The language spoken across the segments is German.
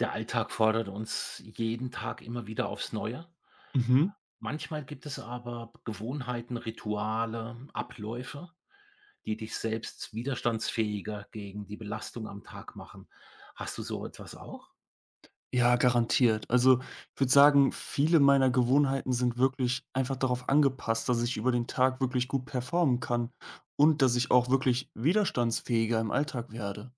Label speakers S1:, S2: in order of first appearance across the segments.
S1: Der Alltag fordert uns jeden Tag immer wieder aufs Neue.
S2: Mhm.
S1: Manchmal gibt es aber Gewohnheiten, Rituale, Abläufe, die dich selbst widerstandsfähiger gegen die Belastung am Tag machen. Hast du so etwas auch?
S2: Ja, garantiert. Also, ich würde sagen, viele meiner Gewohnheiten sind wirklich einfach darauf angepasst, dass ich über den Tag wirklich gut performen kann und dass ich auch wirklich widerstandsfähiger im Alltag werde.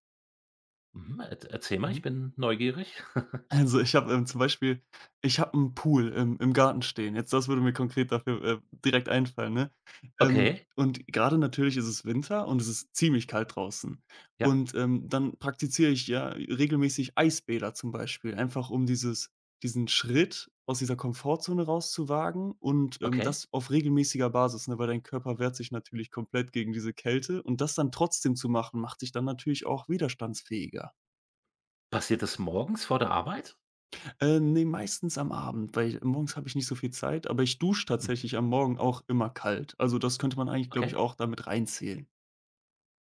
S1: Mhm, er erzähl mal,
S2: Mhm.
S1: ich bin neugierig.
S2: Also, ich habe, zum Beispiel ich habe einen Pool im Garten stehen. Jetzt das würde mir konkret dafür, direkt einfallen, ne?
S1: Okay,
S2: Und gerade natürlich ist es Winter und es ist ziemlich kalt draußen.
S1: ja,
S2: Und, dann praktiziere ich ja regelmäßig Eisbäder zum Beispiel, einfach um dieses diesen Schritt aus dieser Komfortzone rauszuwagen und,
S1: okay.
S2: das auf regelmäßiger Basis, ne, weil dein Körper wehrt sich natürlich komplett gegen diese Kälte, und das dann trotzdem zu machen, macht dich dann natürlich auch widerstandsfähiger.
S1: Passiert das morgens vor der Arbeit?
S2: Ne, meistens am Abend, weil morgens habe ich nicht so viel Zeit, aber ich dusche
S1: Mhm,
S2: tatsächlich am Morgen auch immer kalt. Also, das könnte man eigentlich, glaube ich,
S1: okay,
S2: auch damit reinzählen.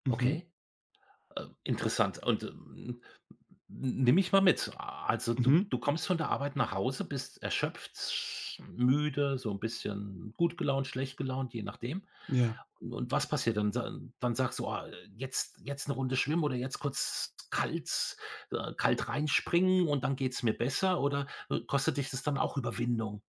S2: Mhm,
S1: okay. Interessant und, nimm mich mal mit. Also, du
S2: mhm,
S1: du kommst von der Arbeit nach Hause, bist erschöpft, müde, so ein bisschen gut gelaunt, schlecht gelaunt, je nachdem.
S2: ja.
S1: Und was passiert dann? Sa Dann sagst du: „Ah, jetzt eine Runde schwimmen oder jetzt kurz kalt kalt reinspringen und dann geht's mir besser“, oder kostet dich das dann auch Überwindung?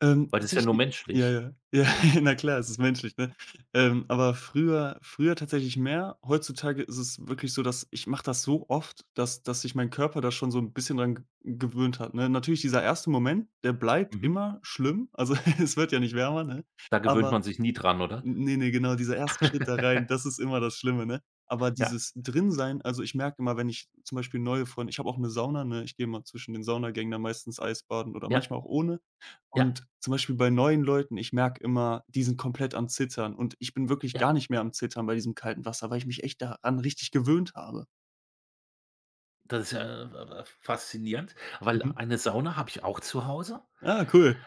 S1: Weil das ist ja nur
S2: Tatsächlich ja,
S1: menschlich.
S2: ja, ja, na klar, es ist menschlich, ne? Aber früher tatsächlich mehr. Heutzutage ist es wirklich so, dass ich mache das so oft, dass sich mein Körper da schon so ein bisschen dran ge gewöhnt hat, ne? Natürlich dieser erste Moment, der bleibt
S1: Mhm.
S2: immer schlimm, also, es wird ja nicht wärmer, ne?
S1: Da gewöhnt
S2: Aber
S1: man sich nie dran, oder?
S2: ne, ne, genau, dieser erste Schritt da rein, das ist immer das Schlimme, ne? Aber
S1: Ja,
S2: dieses Drinsein, also, ich merke immer, wenn ich zum Beispiel neue Freunde ich habe auch 'ne Sauna, ne? Ich gehe mal zwischen den Saunagängen dann meistens Eisbaden oder
S1: ja,
S2: manchmal auch ohne.
S1: ja,
S2: Und zum Beispiel bei neuen Leuten, ich merke immer, die sind komplett am Zittern und ich bin wirklich
S1: ja.
S2: gar nicht mehr am Zittern bei diesem kalten Wasser, weil ich mich echt daran richtig gewöhnt habe.
S1: Das ist ja, faszinierend, weil
S2: Mhm.
S1: eine Sauna habe ich auch zu Hause
S2: Ah, cool.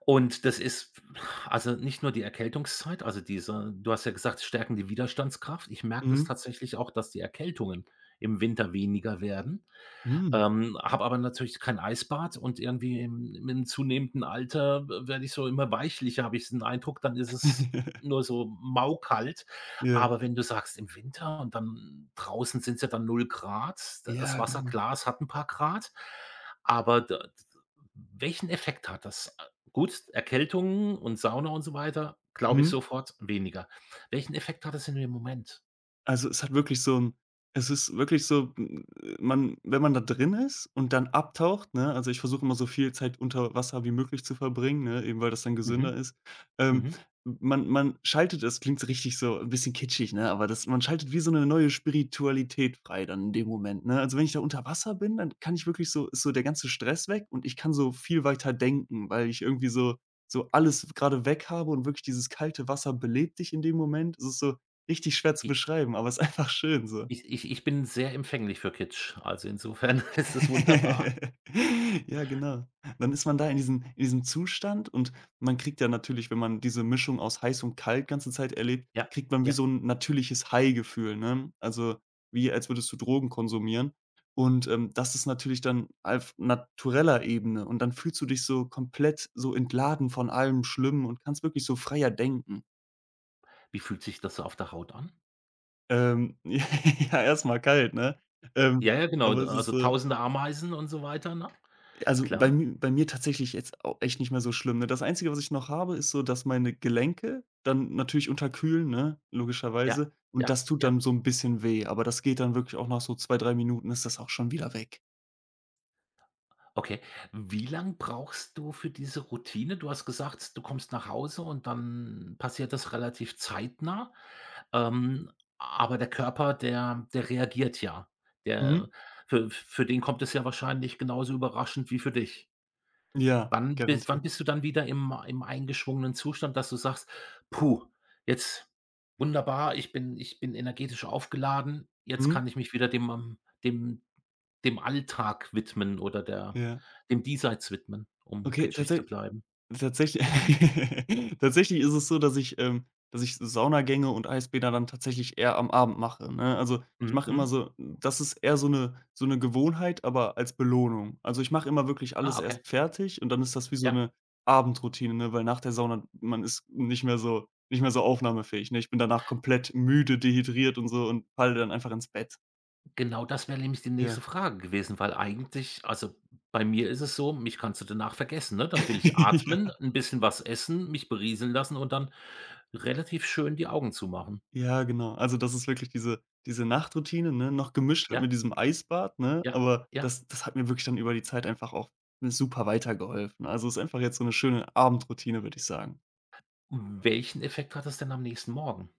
S1: und das ist, also, nicht nur die Erkältungszeit, also, diese, du hast ja gesagt, stärken die Widerstandskraft. Ich merke das
S2: Mhm.
S1: tatsächlich auch, dass die Erkältungen im Winter weniger werden.
S2: Mhm.
S1: Habe aber natürlich kein Eisbad und irgendwie im zunehmenden Alter werde ich so immer weichlicher, habe ich den Eindruck, dann ist es nur so maukalt.
S2: Ja.
S1: Aber wenn du sagst, im Winter und dann draußen sind's ja dann null Grad, das
S2: Ja, genau.
S1: Wasserglas hat ein paar Grad, aber da d welchen Effekt hat das? Gut, Erkältungen und Sauna und so weiter, glaube ich
S2: Mhm.
S1: sofort weniger. Welchen Effekt hat das in dem Moment?
S2: Also, es hat wirklich so 'n es ist wirklich so, m man wenn man da drin ist und dann abtaucht, ne, also, ich versuche immer so viel Zeit unter Wasser wie möglich zu verbringen, ne, eben weil das dann gesünder
S1: Mhm,
S2: ist. Ähm,
S1: mhm.
S2: man schaltet es klingt so richtig so 'n bisschen kitschig, ne, aber das man schaltet wie so 'ne neue Spiritualität frei dann in dem Moment, ne? Also, wenn ich da unter Wasser bin, dann kann ich wirklich so ist so der ganze Stress weg und ich kann so viel weiter denken, weil ich irgendwie so so alles grade weg habe und wirklich dieses kalte Wasser belebt dich in dem Moment. Es ist so richtig schwer zu beschreiben, aber ist einfach schön so.
S1: Ich bin sehr empfänglich für Kitsch, also insofern ist es wunderbar.
S2: Ja, genau. Dann ist man da in diesem Zustand, und man kriegt ja natürlich, wenn man diese Mischung aus heiß und kalt ganze Zeit erlebt,
S1: Ja,
S2: kriegt man wie
S1: ja.
S2: so ein natürliches High-Gefühl, ne? Also, wie als würdest du Drogen konsumieren und, das ist natürlich dann auf natureller Ebene und dann fühlst du dich so komplett so entladen von allem Schlimmen und kannst wirklich so freier denken.
S1: Wie fühlt sich das so auf der Haut an?
S2: Ja, erstmal kalt, ne? Ähm,
S1: Ja, ja, genau,
S2: aber
S1: d
S2: es ist,
S1: also
S2: so
S1: tausende Ameisen und so weiter, ne?
S2: also,
S1: Klar.
S2: bei mir tatsächlich jetzt auch echt nicht mehr so schlimm, ne? Das Einzige, was ich noch habe, ist so, dass meine Gelenke dann natürlich unterkühlen, ne,
S1: Ja,
S2: logischerweise. Und das
S1: ja,
S2: tut
S1: ja.
S2: dann so ein bisschen weh, aber das geht dann wirklich auch nach so 2, 3 Minuten ist das auch schon wieder weg.
S1: Okay. Wie lang brauchst du für diese Routine? Du hast gesagt, du kommst nach Hause und dann passiert das relativ zeitnah, ähm, aber der Körper, der reagiert ja. Der
S2: Mhm.
S1: Für den kommt es ja wahrscheinlich genauso überraschend wie für dich.
S2: Ja,
S1: Wann bis wann
S2: garantiert.
S1: bist du dann wieder im eingeschwungenen Zustand, dass du sagst: „Puh, jetzt wunderbar, ich bin energetisch aufgeladen, jetzt
S2: Mhm.
S1: kann ich mich wieder dem Alltag widmen oder der
S2: Ja.
S1: dem Diesseits widmen“, um
S2: Okay,
S1: kitschig zu
S2: tatsächlich.
S1: bleiben?
S2: Tatsächlich tatsächlich ist es so, dass ich Saunagänge und Eisbäder dann tatsächlich eher am Abend mache, ne? Also, ich
S1: Mhm,
S2: mache immer
S1: mhm.
S2: so das ist eher so eine Gewohnheit, aber als Belohnung. Also, ich mache immer wirklich
S1: Ah,
S2: alles
S1: okay.
S2: erst fertig und dann ist das wie so
S1: Ja,
S2: eine Abendroutine, ne, weil nach der Sauna man ist nicht mehr so aufnahmefähig, ne? Ich bin danach komplett müde, dehydriert und so und falle dann einfach ins Bett.
S1: genau das wäre nämlich die
S2: Ja.
S1: nächste Frage gewesen, weil eigentlich, also, bei mir ist es so, mich kannst du danach vergessen, ne? Dann will ich atmen, ein bisschen was essen, mich berieseln lassen und dann relativ schön die Augen zumachen.
S2: Ja, genau. Also, das ist wirklich diese Nachtroutine, ne, noch gemischt halt
S1: Ja.
S2: mit diesem Eisbad, ne?
S1: Ja,
S2: Aber
S1: ja.
S2: das hat mir wirklich dann über die Zeit einfach auch super weitergeholfen. Also, es ist einfach jetzt so eine schöne Abendroutine, würde ich sagen.
S1: Welchen Effekt hat das denn am nächsten Morgen?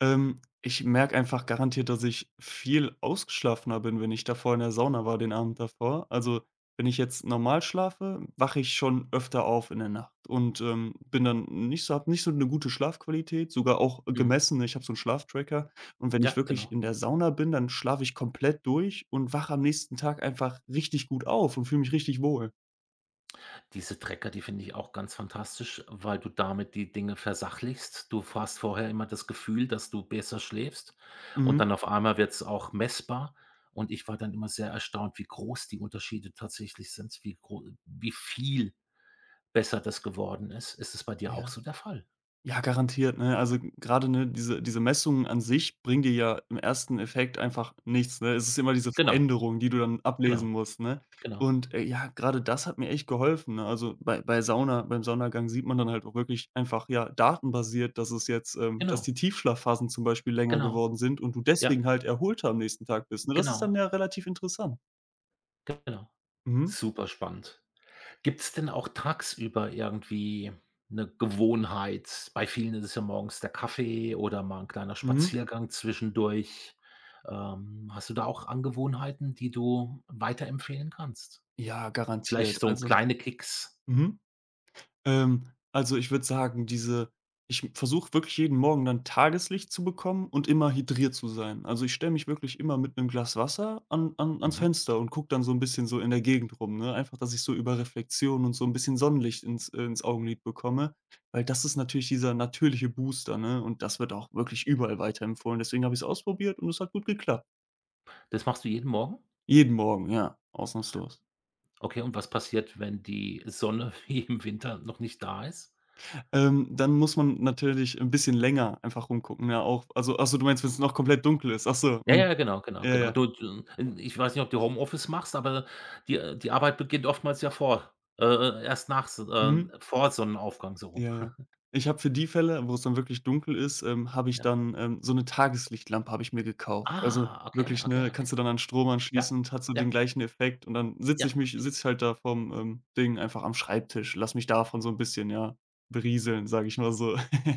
S2: Ich merke einfach garantiert, dass ich viel ausgeschlafener bin, wenn ich davor in der Sauna war den Abend davor. Also, wenn ich jetzt normal schlafe, wache ich schon öfter auf in der Nacht und, bin dann nicht so habe nicht so eine gute Schlafqualität, sogar auch
S1: Mhm.
S2: gemessen. Ich habe so einen Schlaftracker, und wenn ich
S1: Ja,
S2: wirklich
S1: genau.
S2: in der Sauna bin, dann schlafe ich komplett durch und wache am nächsten Tag einfach richtig gut auf und fühle mich richtig wohl.
S1: Diese Tracker, die finde ich auch ganz fantastisch, weil du damit die Dinge versachlichst. Du hast vorher immer das Gefühl, dass du besser schläfst und
S2: Mhm.
S1: dann auf einmal wird es auch messbar. Und ich war dann immer sehr erstaunt, wie groß die Unterschiede tatsächlich sind, wie viel besser das geworden ist. Ist es bei dir auch
S2: Ja.
S1: so der Fall?
S2: Ja, garantiert, ne? Also, gerade ne, diese Messungen an sich bringen dir ja im ersten Effekt einfach nichts, ne? Es ist immer diese
S1: Genau,
S2: Veränderung, die du dann ablesen
S1: genau,
S2: musst, ne?
S1: genau,
S2: Und, ja, gerade das hat mir echt geholfen, ne? Also, bei Sauna beim Saunagang sieht man dann halt auch wirklich einfach, ja, datenbasiert, dass es jetzt, dass
S1: genau,
S2: die Tiefschlafphasen zum Beispiel länger
S1: genau.
S2: geworden sind und du
S1: Ja,
S2: deswegen halt erholter am nächsten Tag bist, ne? Das ist dann
S1: genau,
S2: ja relativ interessant.
S1: genau.
S2: Mhm,
S1: Super spannend. Gibt's denn auch tagsüber irgendwie 'ne Gewohnheit? Bei vielen ist es ja morgens der Kaffee oder mal 'n kleiner
S2: mhm.
S1: Spaziergang zwischendurch. Hast du da auch Angewohnheiten, die du weiterempfehlen kannst?
S2: Ja,
S1: Vielleicht
S2: garantiert.
S1: so
S2: Also
S1: kleine Kicks?
S2: mhm. Ähm, also, ich würde sagen, diese ich versuche wirklich jeden Morgen dann Tageslicht zu bekommen und immer hydriert zu sein. Also, ich stelle mich wirklich immer mit einem Glas Wasser an ans
S1: Mhm.
S2: Fenster und gucke dann so ein bisschen so in der Gegend rum, ne? Einfach, dass ich so über Reflexion und so ein bisschen Sonnenlicht ins ins Augenlid bekomme, weil das ist natürlich dieser natürliche Booster, ne? Und das wird auch wirklich überall weiterempfohlen. Deswegen habe ich es ausprobiert und es hat gut geklappt.
S1: Das machst du jeden Morgen?
S2: Jeden Morgen, ja, ausnahmslos.
S1: Okay, und was passiert, wenn die Sonne wie im Winter noch nicht da ist?
S2: Dann muss man natürlich ein bisschen länger einfach rumgucken, ja auch. Also, ach so, du meinst, wenn's noch komplett dunkel ist? Ach so,
S1: Ja,
S2: mhm.
S1: ja, genau, genau,
S2: Ja,
S1: genau.
S2: ja.
S1: Du du Ich weiß nicht, ob du Homeoffice machst, aber die, die Arbeit beginnt oftmals ja vor erst nach s
S2: Mhm.
S1: vor Sonnenaufgang so rum.
S2: Ja, ja. Ich habe für die Fälle, wo's dann wirklich dunkel ist, habe ich
S1: Ja.
S2: dann, so 'ne Tageslichtlampe habe ich mir gekauft. Also
S1: Ah, okay,
S2: wirklich,
S1: okay,
S2: ne,
S1: okay.
S2: kannst du dann an Strom
S1: Ja,
S2: anschließen und hat so den
S1: ja,
S2: gleichen Effekt, und dann sitze
S1: ja.
S2: ich mich
S1: Wie
S2: sitze ich halt da vorm, Ding einfach am Schreibtisch, lass mich davon so 'n bisschen, ja, berieseln, sage ich mal so.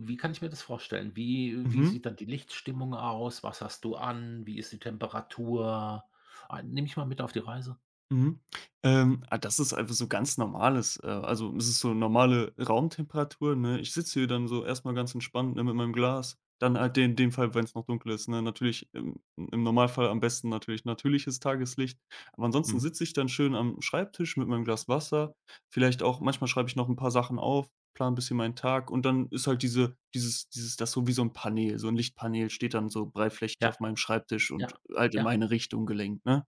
S1: Wie kann ich mir das vorstellen? Wie
S2: Mhm.
S1: sieht dann die Lichtstimmung aus? Was hast du an? Wie ist die Temperatur? Ah, nimm ich mal mit auf die Reise.
S2: Mhm. Ah, das ist einfach so ganz normales also, es ist so normale Raumtemperatur, ne? Ich sitze hier dann so erstmal ganz entspannt, ne, mit meinem Glas. Dann halt in dem Fall, wenn es noch dunkel ist, ne? Natürlich im Normalfall am besten natürlich natürliches Tageslicht. Aber ansonsten
S1: Mhm.
S2: sitze ich dann schön am Schreibtisch mit meinem Glas Wasser. Vielleicht auch manchmal schreibe ich noch ein paar Sachen auf, plane ein bisschen meinen Tag, und dann ist halt dieses das so wie so ein Panel so ein Lichtpanel steht dann so breitflächig
S1: Ja,
S2: auf meinem Schreibtisch und
S1: ja,
S2: halt in
S1: ja.
S2: meine Richtung gelenkt, ne?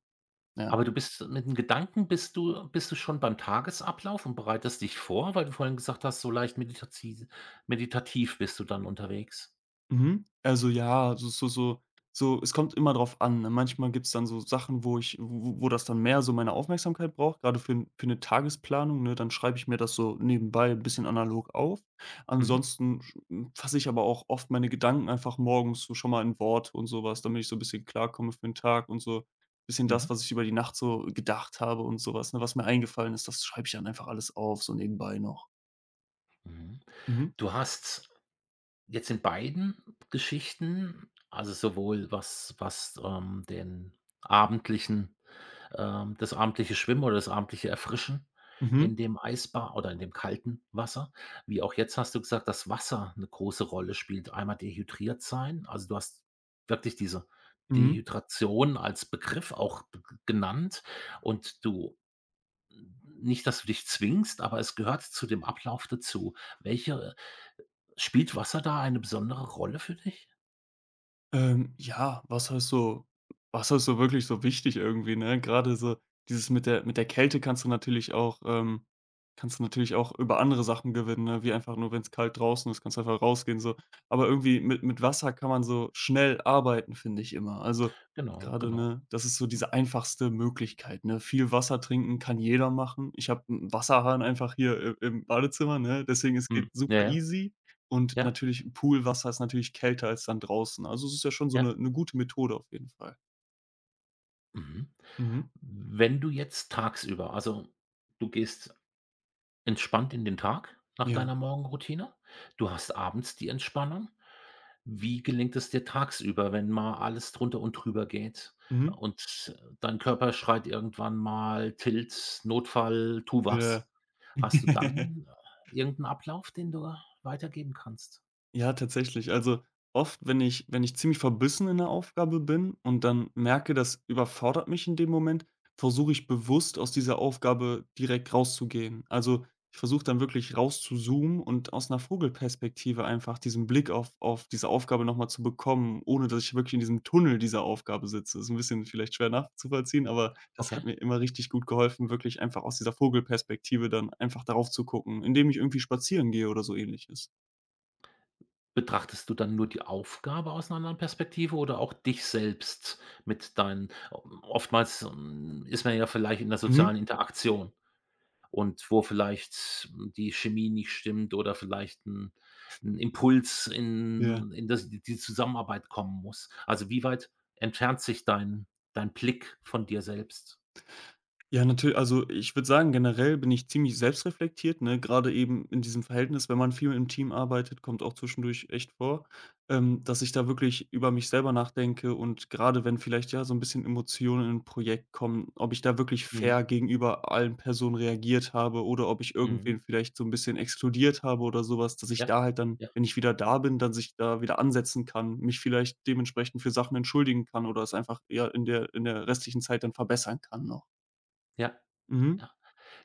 S2: Ja.
S1: Aber du bist mit den Gedanken, bist du schon beim Tagesablauf und bereitest dich vor, weil du vorhin gesagt hast, so leicht meditatiz meditativ bist du dann unterwegs.
S2: Mhm. Also ja, so es kommt immer drauf an, ne? Manchmal gibt's dann so Sachen, wo ich wo das dann mehr so meine Aufmerksamkeit braucht. Gerade für 'n für eine Tagesplanung, ne? Dann schreibe ich mir das so nebenbei ein bisschen analog auf.
S1: Mhm,
S2: Ansonsten sch hm, fasse ich aber auch oft meine Gedanken einfach morgens so schon mal in Wort und sowas, damit ich so ein bisschen klarkomme für den Tag und so ein bisschen das,
S1: mhm,
S2: was ich über die Nacht so gedacht habe und sowas. Was, ne, was mir eingefallen ist, das schreibe ich dann einfach alles auf, so nebenbei noch.
S1: mhm.
S2: Mhm.
S1: Du hast jetzt in beiden Geschichten, also sowohl was, den abendlichen, das abendliche Schwimmen oder das abendliche Erfrischen
S2: Mhm.
S1: in dem Eisbad oder in dem kalten Wasser. Wie auch jetzt hast du gesagt, dass Wasser eine große Rolle spielt. Einmal dehydriert sein, also, du hast wirklich diese
S2: Mhm.
S1: Dehydration als Begriff auch b genannt und du, nicht, dass du dich zwingst, aber es gehört zu dem Ablauf dazu. Welche spielt Wasser da eine besondere Rolle für dich?
S2: Ja, was halt so wirklich so wichtig irgendwie, ne? Gerade so dieses mit der Kälte kannst du natürlich auch kannst du natürlich auch über andere Sachen gewinnen, ne? Wie einfach nur, wenn es kalt draußen ist, kannst du einfach rausgehen so. Aber irgendwie mit Wasser kann man so schnell arbeiten, finde ich immer. Also,
S1: Genau,
S2: gerade
S1: genau.
S2: ne, das ist so diese einfachste Möglichkeit, ne? Viel Wasser trinken kann jeder machen. Ich habe 'n Wasserhahn einfach hier i im Badezimmer, ne? Deswegen es
S1: Mhm.
S2: geht
S1: Ja,
S2: super
S1: ja,
S2: easy. Und
S1: ja,
S2: natürlich Poolwasser ist natürlich kälter als dann draußen. Also, es ist ja schon so
S1: ja.
S2: 'ne gute Methode auf jeden Fall.
S1: Mhm.
S2: Mhm.
S1: Wenn du jetzt tagsüber, also, du gehst entspannt in den Tag nach
S2: Ja.
S1: deiner Morgenroutine. Du hast abends die Entspannung. Wie gelingt es dir tagsüber, wenn mal alles drunter und drüber geht
S2: Mhm.
S1: und dein Körper schreit irgendwann mal: „Tilt, Notfall, tu
S2: Ja.
S1: was.“ Hast du dann irgendeinen Ablauf, den du weitergeben kannst?
S2: Ja, tatsächlich. Also, oft, wenn ich wenn ich ziemlich verbissen in der Aufgabe bin und dann merke, das überfordert mich in dem Moment, versuche ich bewusst aus dieser Aufgabe direkt rauszugehen. Also, ich versuche dann wirklich rauszuzoomen und aus einer Vogelperspektive einfach diesen Blick auf diese Aufgabe noch mal zu bekommen, ohne dass ich wirklich in diesem Tunnel dieser Aufgabe sitze. Ist ein bisschen vielleicht schwer nachzuvollziehen, aber das hat
S1: Okay.
S2: mir immer richtig gut geholfen, wirklich einfach aus dieser Vogelperspektive dann einfach darauf zu gucken, indem ich irgendwie spazieren gehe oder so Ähnliches.
S1: Betrachtest du dann nur die Aufgabe aus 'ner anderen Perspektive oder auch dich selbst mit deinen, oftmals, hm, ist man ja vielleicht in der
S2: Mhm.
S1: sozialen Interaktion und wo vielleicht, hm, die Chemie nicht stimmt oder vielleicht 'n Impuls
S2: Ja.
S1: in das die Zusammenarbeit kommen muss. Also, wie weit entfernt sich dein Blick von dir selbst?
S2: Ja, natürlich. Also, ich würde sagen, generell bin ich ziemlich selbstreflektiert, ne? Gerade eben in diesem Verhältnis, wenn man viel im Team arbeitet, kommt auch zwischendurch echt vor, dass ich da wirklich über mich selber nachdenke, und gerade wenn vielleicht, ja, so ein bisschen Emotionen in ein Projekt kommen, ob ich da wirklich
S1: Mhm,
S2: fair gegenüber allen Personen reagiert habe oder ob ich irgendwen
S1: mhm.
S2: vielleicht so ein bisschen exkludiert habe oder sowas, dass ich
S1: Ja,
S2: da halt dann,
S1: ja,
S2: wenn ich wieder da bin, dann sich da wieder ansetzen kann, mich vielleicht dementsprechend für Sachen entschuldigen kann oder es einfach, ja, in der restlichen Zeit dann verbessern kann noch. Mhm.
S1: ja.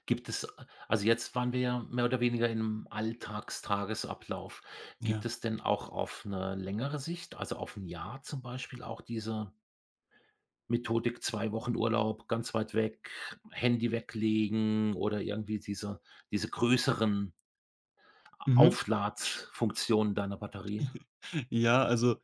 S1: Gibt es, also, jetzt waren wir ja mehr oder weniger in 'nem Alltagstagesablauf. Gibt
S2: Ja.
S1: es denn auch auf 'ne längere Sicht, also, auf 'n Jahr zum Beispiel, auch diese Methodik 2 Wochen Urlaub, ganz weit weg, Handy weglegen oder irgendwie diese größeren
S2: Mhm.
S1: Aufladfunktionen deiner Batterie?
S2: Ja, also,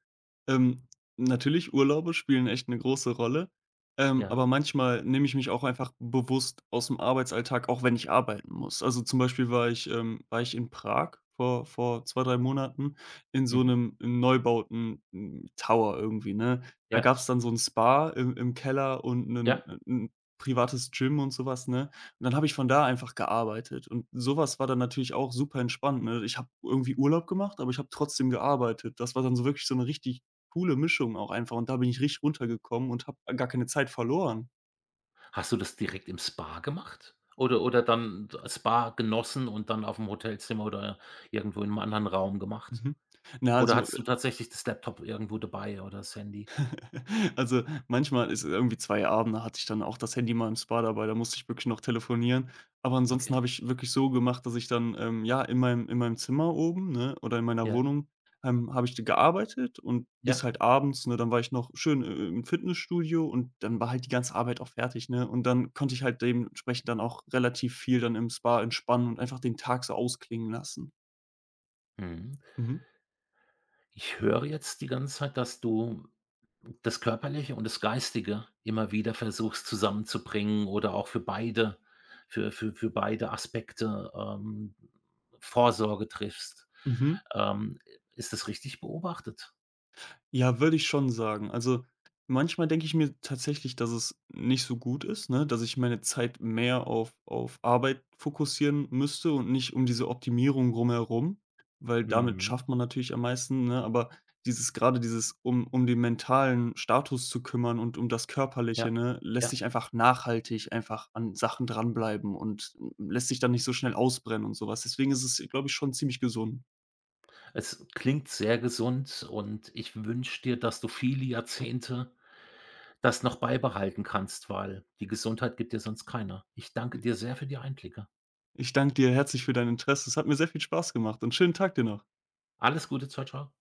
S2: ähm, natürlich, Urlaube spielen echt eine große Rolle,
S1: Ja,
S2: aber manchmal nehme ich mich auch einfach bewusst aus dem Arbeitsalltag, auch wenn ich arbeiten muss. Also, zum Beispiel war ich in Prag vor 2 3 Monaten in so
S1: mhm,
S2: einem neubauten, hm, Tower irgendwie, ne? Da
S1: ja,
S2: gab es dann so ein Spa im Keller und ein
S1: ja.
S2: 'n privates Gym und sowas, ne? Und dann habe ich von da einfach gearbeitet, und sowas war dann natürlich auch super entspannt, ne? Ich habe irgendwie Urlaub gemacht, aber ich habe trotzdem gearbeitet. Das war dann so wirklich so eine richtig coole Mischung auch einfach, und da bin ich richtig runtergekommen und habe gar keine Zeit verloren.
S1: Hast du das direkt im Spa gemacht oder dann Spa genossen und dann aufm Hotelzimmer oder irgendwo in 'nem anderen Raum gemacht?
S2: Mhm. Na,
S1: Oder
S2: also
S1: hattest du tatsächlich das Laptop irgendwo dabei oder das Handy?
S2: also, manchmal ist irgendwie 2 Abende hatte ich dann auch das Handy mal im Spa dabei, da musste ich wirklich noch telefonieren. Aber ansonsten
S1: Okay,
S2: habe ich wirklich so gemacht, dass ich dann, ja, in meinem Zimmer oben, ne, oder in meiner
S1: ja,
S2: Wohnung, habe ich gearbeitet und bis
S1: ja.
S2: halt abends, ne, dann war ich noch schön, im Fitnessstudio, und dann war halt die ganze Arbeit auch fertig, ne? Und dann konnte ich halt dementsprechend dann auch relativ viel dann im Spa entspannen und einfach den Tag so ausklingen lassen.
S1: Mhm.
S2: Mhm.
S1: Ich höre jetzt die ganze Zeit, dass du das Körperliche und das Geistige immer wieder versuchst zusammenzubringen oder auch für beide, für beide Aspekte, Vorsorge triffst.
S2: Mhm.
S1: Ähm, ist das richtig beobachtet?
S2: Ja, würde ich schon sagen. Also, manchmal denke ich mir tatsächlich, dass es nicht so gut ist, ne, dass ich meine Zeit mehr auf Arbeit fokussieren müsste und nicht um diese Optimierung drumherum, weil damit
S1: Mhm.
S2: schafft man natürlich am meisten, ne? Aber dieses gerade dieses um den mentalen Status zu kümmern und um das Körperliche,
S1: Ja,
S2: ne, lässt
S1: ja.
S2: sich einfach nachhaltig einfach an Sachen dranbleiben und mm, lässt sich dann nicht so schnell ausbrennen und sowas. Deswegen ist es, glaube ich, schon ziemlich gesund.
S1: Es klingt sehr gesund und ich wünsche dir, dass du viele Jahrzehnte das noch beibehalten kannst, weil die Gesundheit gibt dir sonst keiner. Ich danke dir sehr für die Einblicke.
S2: Ich danke dir herzlich für dein Interesse. Es hat mir sehr viel Spaß gemacht, und schönen Tag dir noch.
S1: Alles Gute. Tschau, tschau.